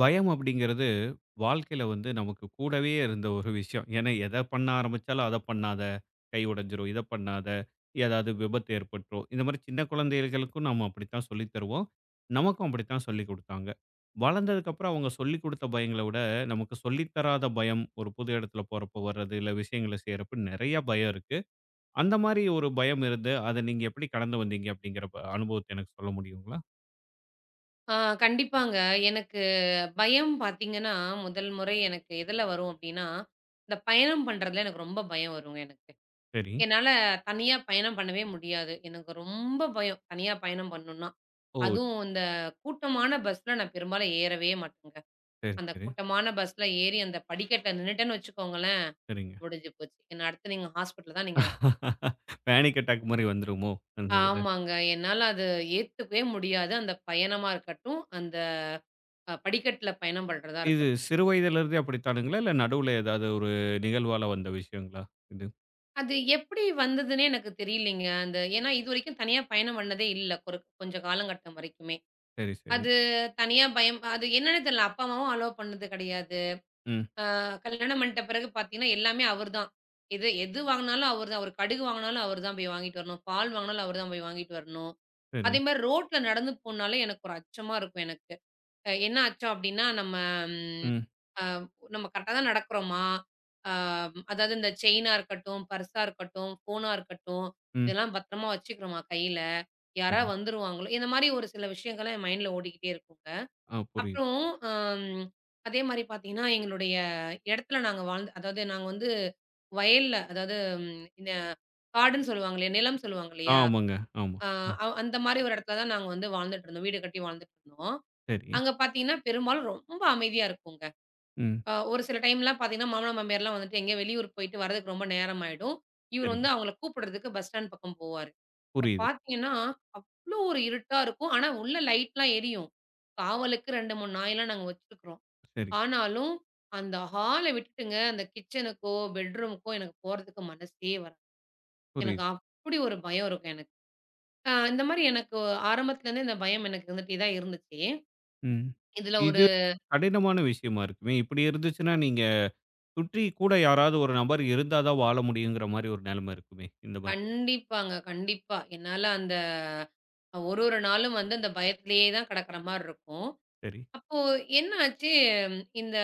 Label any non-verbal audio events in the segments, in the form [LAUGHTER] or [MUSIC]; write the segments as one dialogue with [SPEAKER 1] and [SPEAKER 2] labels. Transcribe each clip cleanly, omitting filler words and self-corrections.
[SPEAKER 1] பயம் அப்படிங்கிறது வாழ்க்கையில வந்து நமக்கு கூடவே இருந்த ஒரு விஷயம். ஏன்னா, எத பண்ண ஆரம்பிச்சாலும் அத பண்ணாத, கை உடைஞ்சிரும், இத பண்ணாத, ஏதாவது விபத்து ஏற்பட்டுரும். இந்த மாரி சின்ன குழந்தைகளுக்கும் நம்ம அப்படித்தான் சொல்லித் தருவோம். நமக்கும் அப்படித்தான் சொல்லிக் குடுத்தாங்க. வளர்ந்ததுக்கப்புறம் அவங்க சொல்லிக் குடுத்த பயங்கள விட, நமக்கு சொல்லித் தராத பயம், ஒரு புது இடத்துல போறப்போ வர்றது, இல்ல விஷயங்கள செய்யறப்ப நெறைய பயம் இருக்கு. அந்த மாரி ஒரு பயம் இருந்து, அத நீங்க எப்படி கடந்து வந்தீங்க அப்படிங்கிற அனுபவத்த எனக்கு சொல்ல முடியுங்களா?
[SPEAKER 2] ஆ கண்டிப்பாங்க. எனக்கு பயம் பார்த்தீங்கன்னா, முதல் முறை எனக்கு எதுல வரும் அப்டின்னா, இந்த பயணம் பண்றதுல எனக்கு ரொம்ப பயம் வருங்க எனக்கு.
[SPEAKER 1] சரி.
[SPEAKER 2] என்னால தனியா பயணம் பண்ணவே முடியாது. எனக்கு ரொம்ப பயம், தனியா பயணம் பண்ணணும்னா.
[SPEAKER 1] ஓ!
[SPEAKER 2] அதுவும் இந்த கூட்டமான பஸ்ல நான் பெரும்பாலும் ஏறவே மாட்டேங்க.
[SPEAKER 1] சரி,
[SPEAKER 2] அந்த
[SPEAKER 1] சரி.
[SPEAKER 2] கூட்டமான பஸ்ல ஏறி அந்த படிக்கட்ல நின்னுட்டேன்னு வச்சுக்கோங்களேன்,
[SPEAKER 1] சரிங்க.
[SPEAKER 2] முடிஞ்சு போச்சு. என்ன அடுத்து நீங்க ஹாஸ்பிட்டல் தான் நீங்க என்ன பார்க்கணும்.
[SPEAKER 1] பேனிக் அட்டாக் மாரி வந்துருமோ? அந்த இதுல.
[SPEAKER 2] ஆமாங்க. என்னால அது ஏத்துக்கவே முடியாது. அந்த பயணமா இருக்கட்டும், அந்த படிக்கட்ல பயணம் பண்றதா
[SPEAKER 1] இது
[SPEAKER 2] இருக்கட்டும்.
[SPEAKER 1] சிறு வயதிலிருந்தே அப்படித்தானுங்களா? இல்ல நடுவுல ஏதாவது ஒரு நிகழ்வால வந்த விஷயங்களா? இது.
[SPEAKER 2] அது எப்படி வந்ததுன்னே எனக்கு தெரியலைங்க. அந்த ஏன்னா இதுவரைக்கும் தனியா பயணம் பண்ணதே இல்ல. ஒரு கொஞ்ச காலங்கட்டம் வரைக்குமே.
[SPEAKER 1] சரி, சரி.
[SPEAKER 2] அது தனியா பயம் அது என்னன்னே தெரியல. அப்பா, அம்மாவும் அலோவ் பண்ணது கிடையாது.
[SPEAKER 1] ம்.
[SPEAKER 2] கல்யாணம் பண்ணிட்ட பிறகு பார்த்தீங்கன்னா, எல்லாமே அவர் தான். எது எது வாங்குனாலும் அவர் தான். ஒரு கடுகு வாங்குனாலும் அவர் தான் போய் வாங்கிட்டு வரணும். பால் வாங்குனாலும் அவர் தான் போய் வாங்கிட்டு வரணும்.
[SPEAKER 1] சரி.
[SPEAKER 2] அதேமாரி ரோட்ல நடந்து போனாலே எனக்கு ஒரு அச்சமா இருக்கும் எனக்கு. என்ன ஆச்சோம் அப்டின்னா, நம்ம ம்
[SPEAKER 1] ம்.
[SPEAKER 2] அ நம்ம கரெக்ட்டா தான் நடக்குறோமா? அ அதாவது இந்த செயினா இருக்கட்டும், பர்ஸா இருக்கட்டும், ஃபோனா இருக்கட்டும்,
[SPEAKER 1] ம்.
[SPEAKER 2] இதெல்லாம் பத்திரமா வச்சுக்கிறோமா கையில? யாரா
[SPEAKER 1] சரி.
[SPEAKER 2] வந்துருவாங்களோ? இந்த மாரி ஒரு சில விஷயங்கள்லாம் என் மைண்ட்ல ஓடிக்கிட்டே இருக்குங்க.
[SPEAKER 1] ஆ புரியுது.
[SPEAKER 2] அப்புறம் அம் அதே மாரி பார்த்தீங்கன்னா, எங்களுடைய இடத்துல நாங்க வாழ்ந்து அதாவது நாங்க வந்து வயல்ல அதாவது இந்த காடுன்னு சொல்லுவாங்க இல்லையா? நிலம் சொல்லுவாங்க இல்லையா?
[SPEAKER 1] ஆமாங்க. ஆமா. ஆ
[SPEAKER 2] அ அந்த மாரி ஒரு இடத்துல தான் நாங்க வந்து வாழ்ந்துட்டுருந்தோம். வீடு கட்டி வாழ்ந்துட்டுருந்தோம்.
[SPEAKER 1] சரி.
[SPEAKER 2] அங்க பார்த்தீங்கன்னா, பெரும்பாலும் ரொம்ப அமைதியா இருக்குங்க.
[SPEAKER 1] ம்.
[SPEAKER 2] ஒரு சில டைம்லாம் பார்த்தீங்கன்னா, மாமனார், மாமியார்லாம் வந்துட்டு எங்கேயோ வெளியூர் போயிட்டு வரதுக்கு ரொம்ப நேரம் ஆயிடும். இவரு
[SPEAKER 1] சரிங்க.
[SPEAKER 2] வந்து அவங்கள கூப்பிடுறதுக்கு பஸ் ஸ்டாண்ட் பக்கம் போவாரு. அப்ப
[SPEAKER 1] புரியுது.
[SPEAKER 2] பார்த்தீங்கன்னா, அவ்ளோ ஒரு இருட்டா இருக்கும். ஆனா, உள்ள லைட்லாம் எரியும். காவலுக்கு 2, 3 நாயெல்லாம் நாங்க வச்சிருக்கிறோம்.
[SPEAKER 1] சரி.
[SPEAKER 2] ஆனாலும் அந்த ஹால விட்டுட்டுங்க, அந்த கிச்சனுக்கோ, பெட்ரூமுக்கோ எனக்கு போறதுக்கு மனசே வராது. எனக்கு
[SPEAKER 1] புரியுது.
[SPEAKER 2] அப்படி ஒரு பயம் இருக்கும் எனக்கு. இந்த மாரி எனக்கு ஆரம்பத்துலேருந்தே இந்த பயம் எனக்கு இருந்துட்டே தான் இருந்துச்சு.
[SPEAKER 1] ம்.
[SPEAKER 2] இதுல ஒரு
[SPEAKER 1] இது கடினமான விஷயமா இருக்குமே. இப்படி இருந்துச்சுன்னா, நீங்க சுற்றி கூட யாராவது ஒரு நபர் இருந்தா தான் வாழ முடியுங்கிற மாரி ஒரு நெலைமை இருக்குமே. இந்த மாரி.
[SPEAKER 2] கண்டிப்பாங்க. கண்டிப்பா. என்னால அந்த ஒரு ஒரு நாளும் வந்து அந்த பயத்திலேயே தான் கடக்கிற மாரி இருக்கும்.
[SPEAKER 1] சரி.
[SPEAKER 2] அப்போ என்ன ஆச்சு, இந்த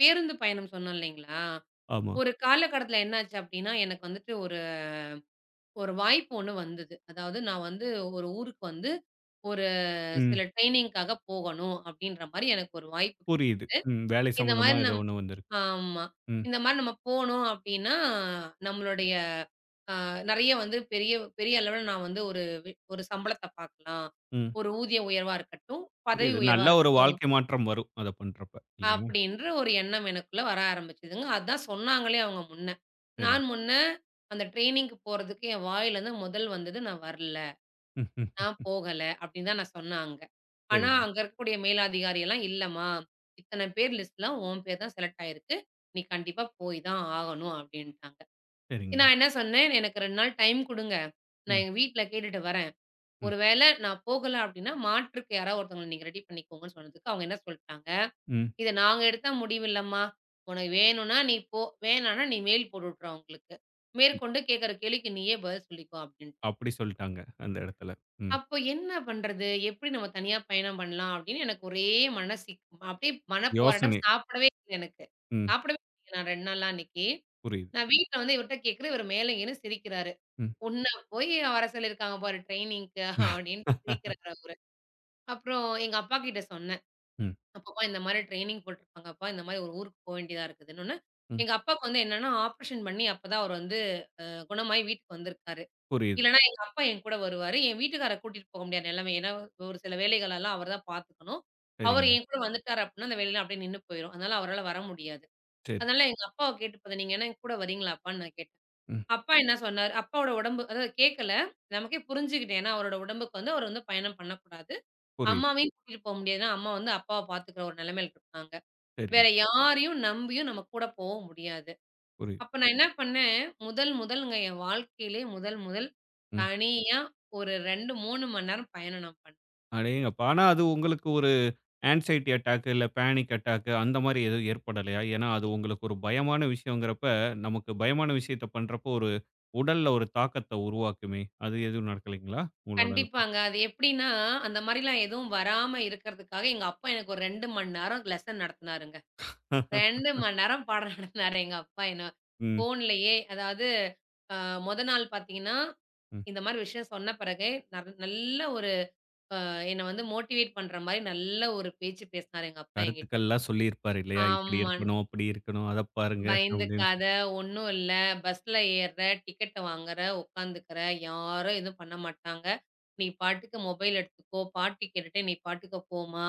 [SPEAKER 2] பேருந்து பயணம் சொன்னோம் இல்லைங்களா?
[SPEAKER 1] ஆமா.
[SPEAKER 2] ஒரு காலகட்டத்தில என்னாச்சு அப்டின்னா, எனக்கு வந்துட்டு ஒரு ஒரு வாய்ப்பு ஒண்ணு வந்தது. அதாவது நான் வந்து ஒரு ஊருக்கு வந்து ஒரு
[SPEAKER 1] ம்.
[SPEAKER 2] சில ட்ரெய்னிங்க்காக போகணும் அப்டின்ற மாரி எனக்கு ஒரு வாய்ப்பு கிடைச்சது.
[SPEAKER 1] புரியுது. ம். வேலை
[SPEAKER 2] இந்த
[SPEAKER 1] சம்மந்தமா
[SPEAKER 2] மாரி
[SPEAKER 1] ஏதோ
[SPEAKER 2] நம்
[SPEAKER 1] ஒண்ணு வந்திருக்கு.
[SPEAKER 2] ஆமா.
[SPEAKER 1] ம்.
[SPEAKER 2] இந்த மாரி நம்ம போனோம் அப்டின்னா, நம்மளுடைய அ நெறைய வந்து பெரிய பெரிய அளவுல நான் வந்து ஒரு சம்பளத்த பார்க்கலாம்.
[SPEAKER 1] ம்.
[SPEAKER 2] ஒரு ஊதிய உயர்வா இருக்கட்டும், பதவி
[SPEAKER 1] புரியுது.
[SPEAKER 2] உயர்வா
[SPEAKER 1] நல்ல ஒரு
[SPEAKER 2] இருக்கட்டும்,
[SPEAKER 1] வாழ்க்கை மாற்றம் வரும். அத பண்றப்ப. இல்லையா?
[SPEAKER 2] அப்டின்ற ஒரு எண்ணம் எனக்குள்ள வர ஆரம்பிச்சதுங்க. அதான் சொன்னாங்களே அவங்க முன்ன.
[SPEAKER 1] சரி.
[SPEAKER 2] நான் முன்ன அந்த ட்ரெய்னிங்க்கு போறதுக்கு என் வாயிலருந்து முதல் வந்தது நான் வரல.
[SPEAKER 1] ம், ம்.
[SPEAKER 2] நான் போகல அப்படின்னு தான் நான் சொன்னேன் அங்க. ஆனா,
[SPEAKER 1] சரிங்க,
[SPEAKER 2] அங்க இருக்கக்கூடிய மேலதிகாரி எல்லாம் இல்லம்மா, இத்தனை பேர் லிஸ்ட்ல உன் பேர் தான் செலக்ட் ஆயிருக்கு. நீ கண்டிப்பா போய் தான் ஆகணும் அப்படின்ட்டாங்க.
[SPEAKER 1] சரிங்க.
[SPEAKER 2] நான் என்ன சொன்னேன், எனக்கு 2 நாள் டைம் குடுங்க. நான்
[SPEAKER 1] ம்,
[SPEAKER 2] எங்க வீட்ல கேட்டுட்டு வரேன்.
[SPEAKER 1] ம்,
[SPEAKER 2] ஒருவேளை நான் போகல அப்படின்னா, மாற்றுக்கு யாராவது ஒருத்தவங்கள நீங்க ரெடி பண்ணிக்கோங்கன்னு சொன்னதுக்கு, அவங்க என்ன சொல்ட்டாங்க,
[SPEAKER 1] ம்.
[SPEAKER 2] "இது நாங்க எடுத்த முடிவு இல்லம்மா. உனக்கு வேணும்னா நீ போ, வேணாம்னா நீ மெயில் போட்டு விட்டுரு அவங்களுக்கு. மேற்கொண்டு கேட்கிற கேள்விக்கு நீயே பதில் சொல்லிக்கோ" அப்படின்ட்டாங்க.
[SPEAKER 1] அப்படி சொல்ட்டாங்க. அந்த இடத்துல. ம்.
[SPEAKER 2] அப்போ என்ன பண்றது? எப்படி நம்ம தனியா பயணம் பண்ணலாம்? அப்படின்னு எனக்கு ஒரே மன சிக் அப்படியே மனப்போராட்டம்.
[SPEAKER 1] யோசனை.
[SPEAKER 2] சாப்பிடவே இல்ல எனக்கு.
[SPEAKER 1] ம்.
[SPEAKER 2] சாப்பிடவே இல்ல நான் 2 நாளா அன்னைக்கு.
[SPEAKER 1] புரியுது.
[SPEAKER 2] நான் வீட்ல வந்து இவர்ட்ட கேட்கிறேன். இவர் மேலேங்கேன்னு சிரிக்கிறாரு.
[SPEAKER 1] ம்.
[SPEAKER 2] "உன்ன போய் வர சொல்லியிருக்காங்க பாரு ட்ரெய்னிங்க்கு" அப்படின்ட்டு
[SPEAKER 1] [LAUGHS]
[SPEAKER 2] சிரிக்கிறாரு அவரு. அப்புறம் எங்க அப்பா கிட்ட சொன்னேன்.
[SPEAKER 1] ம்,
[SPEAKER 2] "அப்பப்பா இந்த மாரி ட்ரெய்னிங் போட்டுருக்காங்கப்பா. இந்த மாரி ஒரு ஊருக்கு போ வேண்டியதா இருக்குதுன்னொன்னே"
[SPEAKER 1] ம்.
[SPEAKER 2] எங்க அப்பாவுக்கு வந்து என்னன்னா ஆப்ரேஷன் பண்ணி அப்பதான் அவர் வந்து குணமாயி வீட்டுக்கு வந்திருக்காரு.
[SPEAKER 1] புரியுது.
[SPEAKER 2] இல்லன்னா எங்க அப்பா என் கூட வருவாரு. என் வீட்டுக்காரர கூட்டிட்டு போக முடியாத நிலைமை. ஏன்னா, ஒரு சில வேலைகளெல்லாம் அவர் தான் பார்த்துக்கணும். அவர்
[SPEAKER 1] சரிங்க.
[SPEAKER 2] என் கூட சரி. வந்துட்டாரு அப்டின்னா, அந்த வேலைலாம் அப்டியே நின்னு போயிரும். அதனால அவரால வர முடியாது.
[SPEAKER 1] சரி.
[SPEAKER 2] அதனால எங்க அப்பாவ கேட்டு பார்த்தேன். நீங்க என்ன என் கூட வரீங்களா அப்பான்னு நான் கேட்டேன்.
[SPEAKER 1] ம்.
[SPEAKER 2] அப்பா என்ன சொன்னாரு அப்பாவோட உடம்பு அதாவது கேட்கல. நமக்கே புரிஞ்சுகிட்டேன். ஏன்னா, அவரோட உடம்புக்கு வந்து அவர் வந்து பயணம் பண்ணக்கூடாது.
[SPEAKER 1] புரியுது.
[SPEAKER 2] அம்மாவையும் கூட்டிட்டு போ முடியாது. ஏன்னா, அம்மா வந்து அப்பாவ பார்த்துக்கிற ஒரு நிலைமையில இருக்காங்க.
[SPEAKER 1] சரிங்க.
[SPEAKER 2] வேற யாரையும் நம்பியும் நம்ம கூட போவும் முடியாது.
[SPEAKER 1] புரியுது.
[SPEAKER 2] அப்ப நான் என்ன பண்ணேன், முதல் முதல்ங்க என் வாழ்க்கையிலே முதல் முதல்
[SPEAKER 1] ம்.
[SPEAKER 2] தனியா ஒரு 2, 3 மணி நேரம் பயணம் நான் பண்ணேன்.
[SPEAKER 1] அடேங்கப்பா! ஆனா அது உங்களுக்கு ஒரு ஆங்சைட்டி அட்டாக் இல்ல பேனிக் அட்டாக் அந்த மாரி எதுவும் ஏற்படலையா? ஏன்னா அது உங்களுக்கு ஒரு பயமான விஷயம்ங்கிறப்ப, நமக்கு பயமான விஷயத்த பண்றப்போ ஒரு உடல்ல ஒரு தாக்கத்த உருவாக்குமே! அது எதுவும் நடக்கலைங்களா? உங்களோட
[SPEAKER 2] கண்டிப்பாங்க. அது எப்படின்னா, அந்த மாரிலாம் எதுவும் வராம இருக்கிறதுக்காக எங்க அப்பா எனக்கு ஒரு 2 மணி நேரம் லெசன் நடத்துனாருங்க. 2 மணி நேரம் பாடம் [LAUGHS] நடத்துனாரு எங்க அப்பா என்ன.
[SPEAKER 1] ம்,
[SPEAKER 2] ஃபோன்லயே அதாவது அ மொத நாள் பார்த்தீங்கன்னா,
[SPEAKER 1] ம்.
[SPEAKER 2] இந்த மாரி விஷயம் சொன்ன பிறகு நல்ல ஒரு என்ன வந்து மோட்டிவேட் பண்ற மாரி நல்ல ஒரு பேச்சு பேசினாரு எங்க அப்பா என்கிட்ட.
[SPEAKER 1] கருத்துக்கள்லாம் சொல்லியிருப்பாரு இல்லையா? இப்படி
[SPEAKER 2] ஆமா.
[SPEAKER 1] இருக்கணும், அப்படி இருக்கணும். அத பாருங்க அப்படின்னு
[SPEAKER 2] பயந்துக்காத,
[SPEAKER 1] சொல்லி.
[SPEAKER 2] ஒண்ணும் இல்ல. பஸ்ல ஏர்ற, டிக்கெட்ட வாங்குற, உட்காந்துக்கிற, யாரும் எதுவும் பண்ண மாட்டாங்க. நீ பாட்டுக்கு மொபைல் எடுத்துக்கோ, பாட்டு கேட்டுட்டே நீ பாட்டுக்கு போம்மா.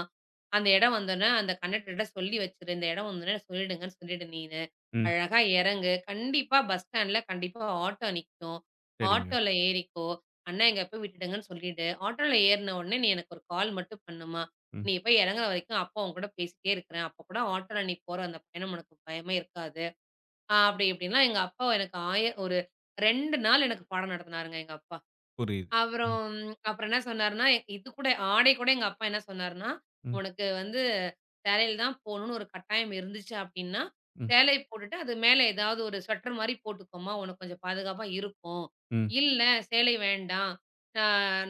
[SPEAKER 2] அந்த இடம் வந்தோனே அந்த கண்டக்டர்ட்ட சொல்லி வச்சுரு. இந்த இடம் வந்தோனே சொல்லிடுங்கன்னு சொல்லிடு நீனு.
[SPEAKER 1] ம்.
[SPEAKER 2] அழகா இறங்கு. கண்டிப்பா பஸ் ஸ்டாண்ட்ல கண்டிப்பா ஆட்டோ நிக்கும்.
[SPEAKER 1] சரிங்க.
[SPEAKER 2] ஆட்டோல ஏறிக்கோ. அண்ணா எங்க போய் விட்டுடுங்கன்னு சொல்லிடு. ஆட்டோல ஏறுன உடனே நீ எனக்கு ஒரு கால் மட்டும் பண்ணும்மா.
[SPEAKER 1] ம்.
[SPEAKER 2] நீ போய் இறங்குற வரைக்கும் அப்பா உன்கூட பேசிட்டே இருக்கிறேன். அப்ப கூட ஆட்டோல நீ போற அந்த பயணம் உனக்கு பயமே இருக்காது. அப்படி இப்படின்னா எங்க அப்பா எனக்கு ஒரு 2 நாள் எனக்கு பாடம் நடத்தினாருங்க எங்க அப்பா.
[SPEAKER 1] புரியுது. ம்,
[SPEAKER 2] அப்புறம் அப்புறம் என்ன சொன்னாருன்னா, இது கூட ஆடை கூட எங்க அப்பா என்ன சொன்னாருன்னா,
[SPEAKER 1] ம்,
[SPEAKER 2] "உனக்கு வந்து சேலையில தான் போணும்னு ஒரு கட்டாயம் இருந்துச்சு அப்படின்னா,
[SPEAKER 1] ம்,
[SPEAKER 2] சேலை போட்டுட்டு அது மேல ஏதாவது ஒரு ஸ்வெட்டர் மாரி போட்டுக்கோம்மா, உனக்கு கொஞ்சம் பாதுகாப்பா இருக்கும்.
[SPEAKER 1] ம்.
[SPEAKER 2] இல்ல சேலை வேண்டாம், ஆ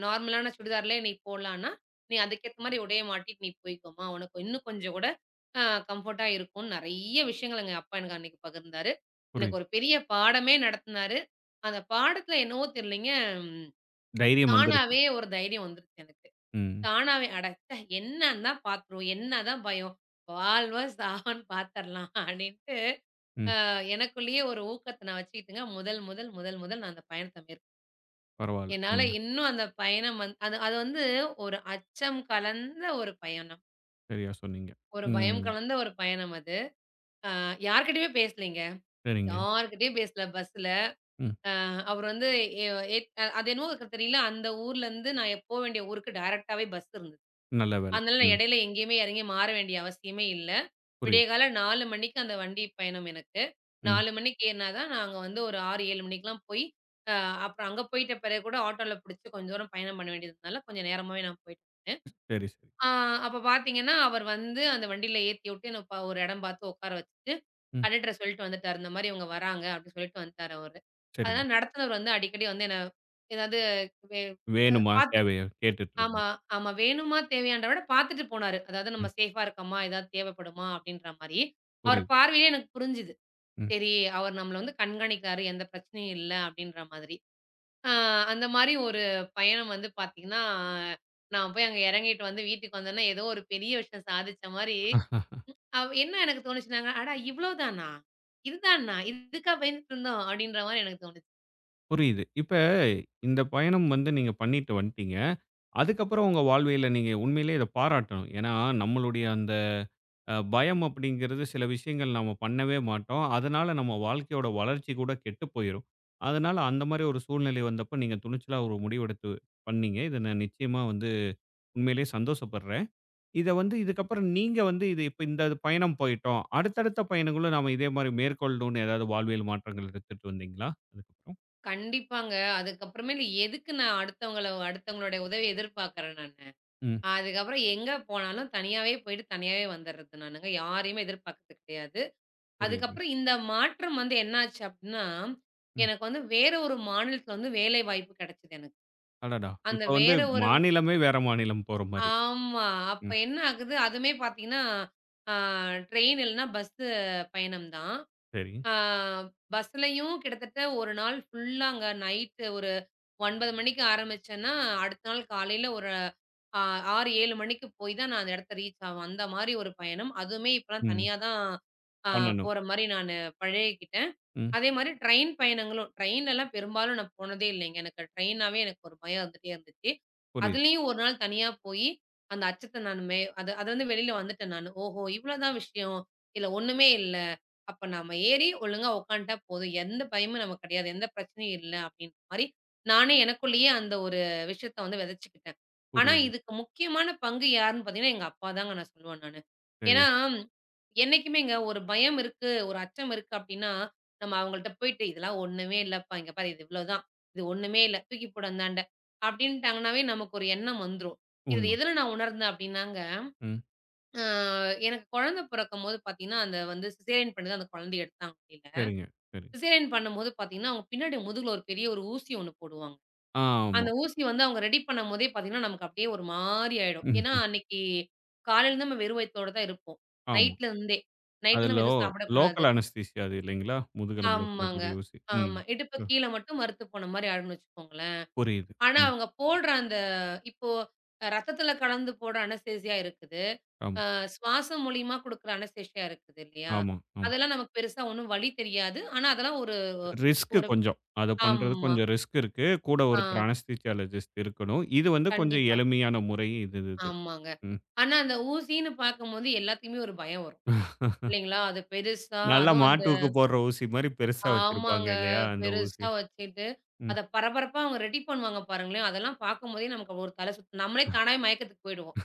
[SPEAKER 2] நார்மலான சுடிதார்லயே நீ போடலான்னா, நீ அதுக்கேத்த மாரி உடைய மாட்டிட்டு நீ போய்க்கோம்மா, உனக்கு இன்னும் கொஞ்சம் கூட ஆ கம்ஃபர்ட்டா இருக்கும்னு" நெறைய விஷயங்கள் எங்க அப்பா எனக்கு அன்னைக்கு பகிர்ந்தாரு. எனக்கு
[SPEAKER 1] புரியுது.
[SPEAKER 2] ஒரு பெரிய பாடமே நடத்துனாரு. அந்த பாடத்துல என்னவோ தெரியலைங்க
[SPEAKER 1] தைரியம் வந்துருச்சு.
[SPEAKER 2] தானாவே ஒரு தைரியம் வந்துருச்சு எனக்கு.
[SPEAKER 1] ம்,
[SPEAKER 2] தானாவே அட ச்சே! என்னன்னா பாத்துருவோம். என்னதான் பயம். வாழ்வா சாவான்னு பாத்துரலாம் அப்டின்ட்டு,
[SPEAKER 1] ம்.
[SPEAKER 2] எனக்குள்ளேயே ஒரு ஊக்கத்த நான் வச்சுக்கிட்டுங்க, முதல் முதல் நான் அந்த பயணத்த மேற்
[SPEAKER 1] பரவால்ல.
[SPEAKER 2] என்னால
[SPEAKER 1] உண்ம.
[SPEAKER 2] இன்னும் அந்த பயணம் அது அது வந்து ஒரு அச்சம் கலந்த ஒரு பயணம்.
[SPEAKER 1] சரியா சொன்னீங்க.
[SPEAKER 2] ஒரு பயம்
[SPEAKER 1] ம்.
[SPEAKER 2] கலந்த ஒரு பயணம் அது. அ யார்கிட்டயுமே பேசலைங்க.
[SPEAKER 1] சரிங்க.
[SPEAKER 2] யார்கிட்டயும் பேசல பஸ்ல.
[SPEAKER 1] ம்.
[SPEAKER 2] அ அவரு வந்து எ எட் அது என்னவோ தெரியல, அந்த ஊர்லருந்து நான் போ வேண்டிய ஊருக்கு டைரக்ட்டாவே பஸ் இருந்தது.
[SPEAKER 1] நல்ல வேல.
[SPEAKER 2] அதனால நான்
[SPEAKER 1] ம்.
[SPEAKER 2] இடையில எங்கேயுமே இறங்கி மாற வேண்டிய அவசியமே இல்ல.
[SPEAKER 1] புரியுது.
[SPEAKER 2] விடியகாலை 4 மணிக்கு அந்த வண்டி பயணம் எனக்கு.
[SPEAKER 1] ம்.
[SPEAKER 2] 4 மணிக்கு ஏறுனா தான் நாங்க வந்து ஒரு 6, 7 மணிக்கெல்லாம் போய் அ அப்புறம் அங்க போயிட்ட பிறகு கூட ஆட்டோல பிடிச்சு கொஞ்சம் தூரம் பயணம் பண்ண வேண்டியதுனால கொஞ்சம் நேரமாவே நான் போயிட்டேன்.
[SPEAKER 1] சரி, சரி.
[SPEAKER 2] ஆ அப்ப பார்த்தீங்கன்னா, அவர் வந்து அந்த வண்டியில ஏத்தி விட்டு என்ன ப ஒரு இடம் பார்த்து உட்கார வச்சுட்டு,
[SPEAKER 1] ம்.
[SPEAKER 2] கண்டக்டர சொல்லிட்டு வந்துட்டாரு. இந்த மாரி இவங்க வராங்க அப்படின்னு சொல்லிட்டு வந்துட்டாரு அவரு.
[SPEAKER 1] சரிங்க.
[SPEAKER 2] அதனால நடத்துனவர் வந்து அடிக்கடி வந்து என்ன ஏதாவது வே அ
[SPEAKER 1] வேணுமா?
[SPEAKER 2] பார்த்து
[SPEAKER 1] தேவையா? கேட்டுட்டு
[SPEAKER 2] ஆமா,
[SPEAKER 1] இருந்தாரு.
[SPEAKER 2] ஆமா. வேணுமா, தேவையான்றத விட பாத்துட்டு போனாரு. அதாவது நம்ம
[SPEAKER 1] ம்.
[SPEAKER 2] சேஃபா இருக்கமா? ஏதாவது தேவைப்படுமா? அப்படின்ற மாரி. அவர்
[SPEAKER 1] புரியுது.
[SPEAKER 2] பார்வையிலே எனக்கு புரிஞ்சுது.
[SPEAKER 1] ம்.
[SPEAKER 2] சரி, அவர் நம்மள வந்து கண்காணிக்கிறாரு. எந்த பிரச்சனையும் இல்ல அப்படின்ற மாதிரி. ஆ அந்த மாரி ஒரு பயணம் வந்து பாத்தீங்கன்னா, நான் போய் அங்க எறங்கிட்டு வந்து வீட்டுக்கு வந்தேன்னா, ஏதோ ஒரு பெரிய விஷயம் சாதிச்ச மாரி, அவ் என்ன எனக்கு தோணுச்சுனாங்க, "அட இவ்ளோ தானா? இதுதானா? இதுக்கா பயந்துட்டு இருந்தோம்?" அப்படின்ற மாரி எனக்கு தோணுச்சு.
[SPEAKER 1] புரியுது. இப்ப இந்த பயணம் வந்து நீங்க பண்ணிட்டு வந்துட்டீங்க. அதுக்கப்புறம் உங்க வாழ்வியல்ல நீங்க உண்மையிலேயே இத பாராட்டணும். ஏன்னா, நம்மளுடைய அந்த பயம் அப்படிங்கிறது சில விஷயங்கள் நாம பண்ணவே மாட்டோம். அதனால நம்ம வாழ்க்கையோட வளர்ச்சி கூட கெட்டு போயிரும். அதனால அந்த மாரி ஒரு சூழ்நிலை வந்தப்ப நீங்க துணிச்சலா ஒரு முடிவெடுத்து பண்ணீங்க. இத நான் நிச்சயமா வந்து உண்மையிலேயே சந்தோஷப்படுறேன். இத வந்து இதுக்கப்புறம் நீங்க வந்து இது இப்ப இந்த பயணம் போயிட்டோம். அடுத்தடுத்த பயணங்களும் நாம இதே மாரி மேற்கொள்ளணும்னு ஏதாவது வாழ்வியல் மாற்றங்கள் எடுத்துட்டு வந்தீங்களா? அதுக்கப்புறம்?
[SPEAKER 2] கண்டிப்பாங்க. அதுக்கப்புறமேலு எதுக்கு நான் அடுத்தவங்களுடைய உதவிய எதிர்பார்க்கிறேன் நானு?
[SPEAKER 1] ம்.
[SPEAKER 2] அதுக்கப்புறம் எங்க போனாலும் தனியாவே போயிட்டு, தனியாவே வந்துர்றது நானுங்க. யாரையுமே எதிர்பார்க்கறது கிடையாது.
[SPEAKER 1] புரியுதுங்க.
[SPEAKER 2] அதுக்கப்புறம் இந்த மாற்றம் வந்து என்னாச்சு அப்டின்னா,
[SPEAKER 1] ம்.
[SPEAKER 2] எனக்கு வந்து வேற ஒரு மாநிலத்தில வந்து வேலை வாய்ப்பு கிடைச்சது எனக்கு.
[SPEAKER 1] அடடா!
[SPEAKER 2] அந்த
[SPEAKER 1] இப்ப வந்து
[SPEAKER 2] வேற ஒரு
[SPEAKER 1] மாநிலமே வேற மாநிலம் போற மாரி.
[SPEAKER 2] ஆமா. அப்ப
[SPEAKER 1] ம்.
[SPEAKER 2] என்ன ஆகுது, அதுவுமே பார்த்தீங்கன்னா, ஆ ட்ரெயின் இல்லன்னா பஸ்ஸு பயணம் தான்.
[SPEAKER 1] சரி.
[SPEAKER 2] ஆ பஸ்லயும் கிட்டத்தட்ட 1 நாள் ஃபுல்லா அங்க நைட்டு ஒரு 9:00 மணிக்கு ஆரம்பிச்சேன்னா, அடுத்த நாள் காலையில ஒரு ஆ 6, 7 மணிக்கு போய் தான் நான் அந்த இடத்த ரீச் ஆவேன். அந்த மாரி ஒரு பயணம். அதுவுமே இப்பலாம்
[SPEAKER 1] ம்.
[SPEAKER 2] தனியா தான் ஆ
[SPEAKER 1] பண்ணணும்.
[SPEAKER 2] போற மாரி நானு பழகிக்கிட்டேன்.
[SPEAKER 1] ம்.
[SPEAKER 2] அதே மாரி ட்ரெயின் பயணங்களும். ட்ரெயின்லலாம் பெரும்பாலும் நான் போனதே இல்லைங்க. எனக்கு ட்ரெயின்னாவே எனக்கு ஒரு பயம் வந்துட்டே இருந்துச்சு.
[SPEAKER 1] புரியுது,
[SPEAKER 2] அதுலயும் ஒரு நாள் தனியா போயி, அந்த அச்சத்த நான் மே அது அது வந்து வெளில வந்துட்டேன் நானு. ஓஹோ! இவ்வளோதான் விஷயம். இதுல ஒண்ணுமே இல்ல. அப்ப நாம ஏறி ஒழுங்கா உட்காந்துட்டா போதும். எந்த பயமும் நமக்கு கிடையாது. எந்த பிரச்சனையும் இல்ல அப்டின்ற மாரி, நானே எனக்குள்ளேயே அந்த ஒரு விஷயத்த வந்து விதைச்சுக்கிட்டேன். ஆனா
[SPEAKER 1] புரியுது.
[SPEAKER 2] இதுக்கு முக்கியமான பங்கு யாருன்னு பார்த்தீங்கன்னா, எங்க அப்பா தாங்க நான் சொல்லுவேன் நானு.
[SPEAKER 1] சரி.
[SPEAKER 2] ஏன்னா, என்னைக்குமேங்க ஒரு பயம் இருக்கு, ஒரு அச்சம் இருக்கு அப்டின்னா நம்ம அவங்கள்ட்ட போயிட்டு, "இதெல்லாம் ஒண்ணுமே இல்லப்பா. இங்க பாரு இது இவ்வளோதான். இது ஒண்ணுமே இல்ல. தூக்கி போடு அந்தாண்ட" அப்படின்ட்டாங்கனாவே நமக்கு ஒரு எண்ணம் வந்துரும். இதுல
[SPEAKER 1] உண்மதான்.
[SPEAKER 2] எதுல நான் உணர்ந்தேன் அப்படின்னாங்க,
[SPEAKER 1] ம்.
[SPEAKER 2] அ எனக்கு குழந்தை பிறக்கும்போது பாத்தீங்கன்னா, அந்த வந்து சிசேரியன் பண்ணி தான் அந்த குழந்தைய எடுத்தாங்க வெளில.
[SPEAKER 1] சரிங்க, சரி.
[SPEAKER 2] சிசேரியன் பண்ணும்போது பாத்தீங்கன்னா, அவங்க பின்னாடி முதுகுல ஒரு பெரிய ஒரு ஊசி ஒண்ணு போடுவாங்க.
[SPEAKER 1] ஆ ஆமா.
[SPEAKER 2] அந்த ஊசி வந்து அவங்க ரெடி பண்ணும்போதே பாத்தீங்கன்னா, நமக்கு அப்படியே ஒரு மாரி ஆயிடும். ஏன்னா
[SPEAKER 1] ம்.
[SPEAKER 2] அன்னைக்கு காலையில இருந்து நம்ம வெறும் வயித்தோட தான் இருப்போம்.
[SPEAKER 1] ஆமா.
[SPEAKER 2] நைட்ல இருந்தே.
[SPEAKER 1] அது
[SPEAKER 2] நைட்ல நம்ம எதுவும் சாப்பிடக்கூடாது.
[SPEAKER 1] லோக்கல் அனஸ்தீசியா அது இல்லைங்களா? முதுகெலும்புல
[SPEAKER 2] ஆமாங்க.
[SPEAKER 1] போடக்கூடிய ஊசி. ம்.
[SPEAKER 2] ஆமா. இடுப்பு
[SPEAKER 1] அ
[SPEAKER 2] கீழ மட்டும் மரத்து போன மாரி ஆயிடும்னு வச்சுக்கோங்களேன்.
[SPEAKER 1] புரியுது.
[SPEAKER 2] ஆனா
[SPEAKER 1] ம்.
[SPEAKER 2] அவங்க போடுற அந்த இப்போ ரத்தத்துல கலந்து போடுற அனஸ்தேசியா இருக்குது.
[SPEAKER 1] ஆமா,
[SPEAKER 2] சுவாசம் மூலியமா குடுக்குற அனஸ்தேசியா இருக்குது இல்லையா?
[SPEAKER 1] ஆமா, ஆமா.
[SPEAKER 2] அதெல்லாம் நமக்கு பெருசா ஒண்ணும் வலி தெரியாது. ஆனா அதெல்லாம் ஒரு
[SPEAKER 1] ரிஸ்க்கு
[SPEAKER 2] ஒரு
[SPEAKER 1] கொஞ்சம். அத பண்றது
[SPEAKER 2] ஆமா.
[SPEAKER 1] கொஞ்சம் ரிஸ்க் இருக்கு. கூட ஒருத்தர்
[SPEAKER 2] ஆ
[SPEAKER 1] அனஸ்தீசியாலஜிஸ்ட் இருக்கணும். இது வந்து கொஞ்சம்
[SPEAKER 2] கண்டிப்பா.
[SPEAKER 1] எளிமையான முறை இது இது.
[SPEAKER 2] ஆமாங்க.
[SPEAKER 1] ம்.
[SPEAKER 2] ஆனா அந்த ஊசின்னு பார்க்கும்போது எல்லாத்துக்குமே ஒரு பயம் வரும். இல்லைங்களா? அது பெருசா
[SPEAKER 1] நல்லா
[SPEAKER 2] அதுவும்
[SPEAKER 1] மாட்டுக்கு போடுற ஊசி மாரி பெருசா வச்சிருப்பாங்க
[SPEAKER 2] ஆமாங்க.
[SPEAKER 1] இல்லையா? அந்த ஊசிய.
[SPEAKER 2] பெருசா வச்சுட்டு,
[SPEAKER 1] ம்.
[SPEAKER 2] அத பரபரப்பா அவங்க ரெடி பண்ணுவாங்க பாருங்களேன், அதெல்லாம் பார்க்கும்போதே நமக்கு ஒரு தல சுத்து நம்மளே தானாவே மயக்கத்துக்கு போயிடுவோம்.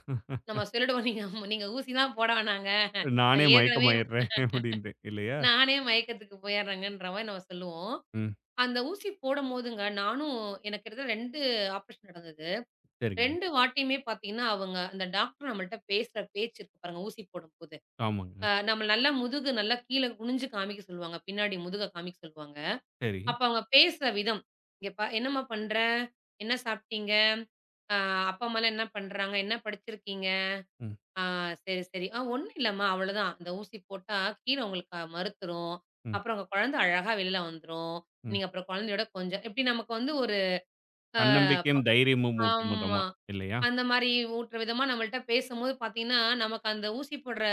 [SPEAKER 2] நம்ம சொல்லிடுவோம் "நீங்க நீங்க ஊசிலாம் போட வேணாங்க.
[SPEAKER 1] நானே
[SPEAKER 2] நான் ஏற்கனவே
[SPEAKER 1] மயக்கமாயிடுறேன் [LAUGHS] அப்டின்ட்டு இல்லையா?
[SPEAKER 2] நானே மயக்கத்துக்கு போயிடுறேங்கன்ற" மாரி நம்ம சொல்லுவோம்.
[SPEAKER 1] ம்.
[SPEAKER 2] அந்த ஊசி போடும்போதுங்க, நானும் எனக்கு கிட்டத்தட்ட 2 ஆப்ரேஷன் நடந்தது.
[SPEAKER 1] சரிங்க.
[SPEAKER 2] 2 வாட்டியுமே பார்த்தீங்கன்னா, அவங்க அந்த டாக்டர் நம்மள்ட்ட பேசுற பேச்சு இருக்கு பாருங்க, ஊசி போடும்போது.
[SPEAKER 1] ஆமாங்க.
[SPEAKER 2] நம்மள நல்லா முதுகு நல்லா கீழ குனிஞ்சு காமிக்க சொல்லுவாங்க. பின்னாடி முதுக காமிக்க சொல்லுவாங்க.
[SPEAKER 1] சரி.
[SPEAKER 2] அப்ப அவங்க பேசுற விதம். "இங்க பா என்னம்மா பண்ற? என்ன சாப்பிட்டீங்க? அ அப்பா, அம்மாலாம் என்ன பண்றாங்க? என்ன படிச்சிருக்கீங்க?"
[SPEAKER 1] ம்,
[SPEAKER 2] "ஆ சரி, சரி. ஒண்ணும் இல்லம்மா, அவ்வளோதான். இந்த ஊசி போட்டா கீழ உங்களுக்கு மருத்துரும்.
[SPEAKER 1] ம்,
[SPEAKER 2] அப்புறம் உங்க குழந்தை அழகா வெளில வந்துரும்.
[SPEAKER 1] ம்.
[SPEAKER 2] நீங்க அப்புறம் குழந்தையோட கொஞ்சம்" இப்படி நமக்கு வந்து ஒரு அ ப
[SPEAKER 1] தன்னம்பிக்கையும், தைரியமும் ஊட்டும்
[SPEAKER 2] ஆமா.
[SPEAKER 1] விதமா இல்லையா?
[SPEAKER 2] அந்த மாரி ஊட்டுற விதமா நம்மள்ட்ட பேசும்போது பார்த்தீங்கன்னா, நமக்கு அந்த ஊசி போடுற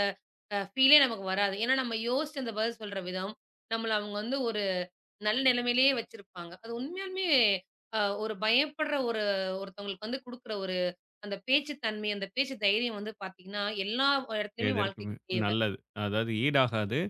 [SPEAKER 2] ஃபீலே நமக்கு வராது. ஏன்னா, நம்ம யோசிச்சு அந்த பதில் சொல்ற விதம், நம்மள அவங்க வந்து ஒரு நல்ல நிலைமையிலேயே வச்சிருப்பாங்க. அது உண்மையாலுமே ஒரு பயப்படுற ஒரு ஒருத்தவங்களுக்கு வந்து குடுக்குற ஒரு அந்த பேச்சு தன்மை, அந்த பேச்சு தைரியம் வந்து பார்த்தீங்கன்னா, எல்லா இடத்துலயுமே
[SPEAKER 1] எதற்குமே
[SPEAKER 2] வாழ்க்கைக்கு தேவ.
[SPEAKER 1] நல்லது. அதாவது ஈடாகாது.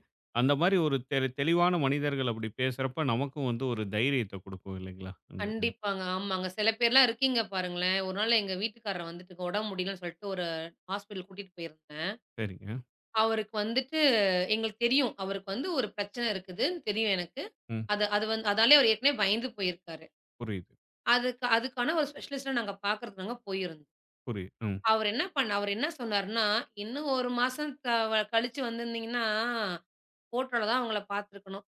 [SPEAKER 1] அந்த மாரி ஒரு தெளிவான மனிதர்கள் அப்படி பேசுறப்ப நமக்கும் வந்து ஒரு தைரியத்த குடுக்கும் இல்லைங்களா? அந்த இது.
[SPEAKER 2] கண்டிப்பாங்க. ஆமாங்க. சில பேர்லாம் இருக்கீங்க பாருங்களேன். ஒரு நாள் எங்க வீட்டுக்காரர் வந்துட்டு உடம்பு முடியலன்னு சொல்லிட்டு ஒரு ஹாஸ்பிட்டல் கூட்டிட்டு போயிருந்தேன்.
[SPEAKER 1] சரிங்க.
[SPEAKER 2] அவருக்கு வந்துட்டு எங்களுக்கு தெரியும். அவருக்கு வந்து ஒரு பிரச்சனை இருக்குதுன்னு தெரியும் எனக்கு.
[SPEAKER 1] ம்.
[SPEAKER 2] அது அது வந்து அதாலயே அவர் ஏற்கனவே பயந்து போயிருக்காரு.
[SPEAKER 1] புரியுது,
[SPEAKER 2] அதுக்கு அதுக்கான ஒரு ஸ்பெஷலிஸ்ட்ட நாங்க பார்க்கறதுக்கு நாங்க போயிருந்தோம்.
[SPEAKER 1] புரியுது. ம்.
[SPEAKER 2] அவரு என்ன பண்ண அவரு என்ன சொன்னாருன்னா, "இன்னும் 1 மாசம் கழிச்சு வந்திருந்தீங்கன்னா, ஃபோட்டோல தான் உங்கள பார்த்துருக்கணும்."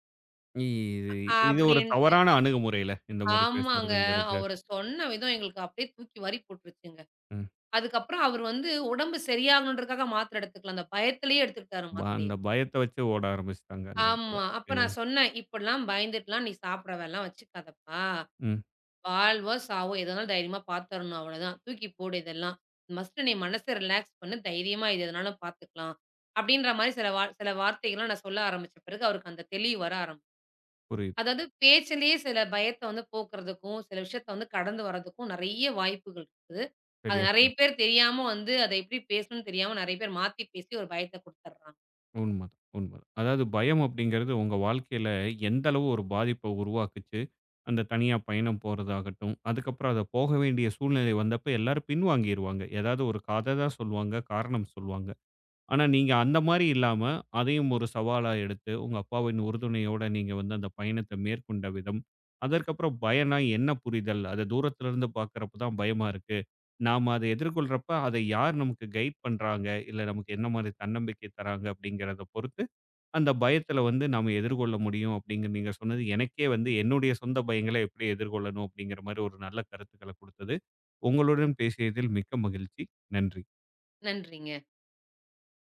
[SPEAKER 1] இ இது இது ஒரு
[SPEAKER 2] அப்படின்ட்டு.
[SPEAKER 1] தவறான அணுகுமுறையில இந்த மாரி
[SPEAKER 2] ஆமாங்க.
[SPEAKER 1] பேசுறதுங்கிறது.
[SPEAKER 2] அவரு சொன்ன விதம் எங்களுக்கு அப்படியே தூக்கி வாரி போட்டுருச்சுங்க.
[SPEAKER 1] ம்.
[SPEAKER 2] அதுக்கப்புறம் அவரு வந்து உடம்பு சரியாகணுன்றதுக்காக மாத்திரை எடுத்துக்கல. அந்த பயத்திலேயே எடுத்துக்கிட்டாரு
[SPEAKER 1] ப
[SPEAKER 2] மாத்திரைய.
[SPEAKER 1] அந்த பயத்த வச்சு ஓட ஆரம்பிச்சுட்டாங்க அந்த இடத்துல.
[SPEAKER 2] ஆமா. அப்ப
[SPEAKER 1] இல்லையா?
[SPEAKER 2] நான் சொன்னேன், "இப்படிலாம் பயந்துட்டுலாம் நீ சாப்பிட வேணாம் வச்சுக்காதப்பா."
[SPEAKER 1] ம்.
[SPEAKER 2] வாழ்வோ! சாவோ! எது வந்தாலும் தைரியமா பாத்துரணும் அவ்வளதான். தூக்கி போடு இதெல்லாம். மஸ்ட்டு நீ மனச ரிலாக்ஸ் பண்ணு. தைரியமா இது எதுனாலும் பாத்துக்கலாம். அப்படின்ற மாரி சில வார்த்தைகள்லாம் நான் சொல்ல ஆரம்பிச்ச பிறகு அவருக்கு அந்த தெளிவு வர ஆரம்பிச்சு.
[SPEAKER 1] புரியுது.
[SPEAKER 2] அதாவது பேச்சிலேயே சில பயத்த வந்து போக்குறதுக்கும், சில விஷயத்த வந்து கடந்து வரதுக்கும் நெறைய வாய்ப்புகள் இருக்குது. அது
[SPEAKER 1] சரியா
[SPEAKER 2] நெறைய
[SPEAKER 1] சொன்னீங்க.
[SPEAKER 2] பேர் தெரியாம வந்து அத எப்படி பேசணும்னு தெரியாம நெறைய பேர் மாத்தி பேசி ஒரு பயத்த குடுத்துர்றாங்க.
[SPEAKER 1] உண்மதான், உண்மதான். அதாவது பயம் அப்படிங்கிறது உங்க வாழ்க்கையில எந்த அளவு ஒரு பாதிப்ப உருவாக்குச்சு. அந்த தனியா பயணம் போறதாகட்டும், அதுக்கப்புறம் அத போக வேண்டிய சூழ்நிலை வந்தப்ப எல்லாரும் பின்வாங்கிருவாங்க. ஏதாவது ஒரு கத தான் சொல்லுவாங்க, காரணம் சொல்லுவாங்க. ஆனா, நீங்க அந்த மாரி இல்லாம, அதையும் ஒரு சவாலா எடுத்து, உங்க அப்பாவின் உறுதுணையோட நீங்க வந்து அந்த பயணத்த மேற்கொண்ட விதம், அதற்கப்புறம் பயம்னா என்ன புரிதல்? அத தூரத்திலிருந்து பார்க்கிறப்ப தான் பயமா இருக்கு. நாம அத எதிர்கொள்றப்ப, அதை யார் நமக்கு கைட் பண்றாங்க? இல்ல நமக்கு என்ன மாரி தன்னம்பிக்கை தராங்க? அப்படிங்கிறத பொறுத்து, அந்த பயத்துல வந்து நாம எதிர்கொள்ள முடியும் அப்படிங்கிற நீங்க சொன்னது, எனக்கே வந்து என்னுடைய சொந்த பயங்கள எப்படி எதிர்கொள்ளணும் அப்படிங்கிற மாரி ஒரு நல்ல கருத்துக்கள குடுத்தது. உங்களுடன் பேசியதில் மிக்க மகிழ்ச்சி. நன்றி.
[SPEAKER 2] நன்றிங்க.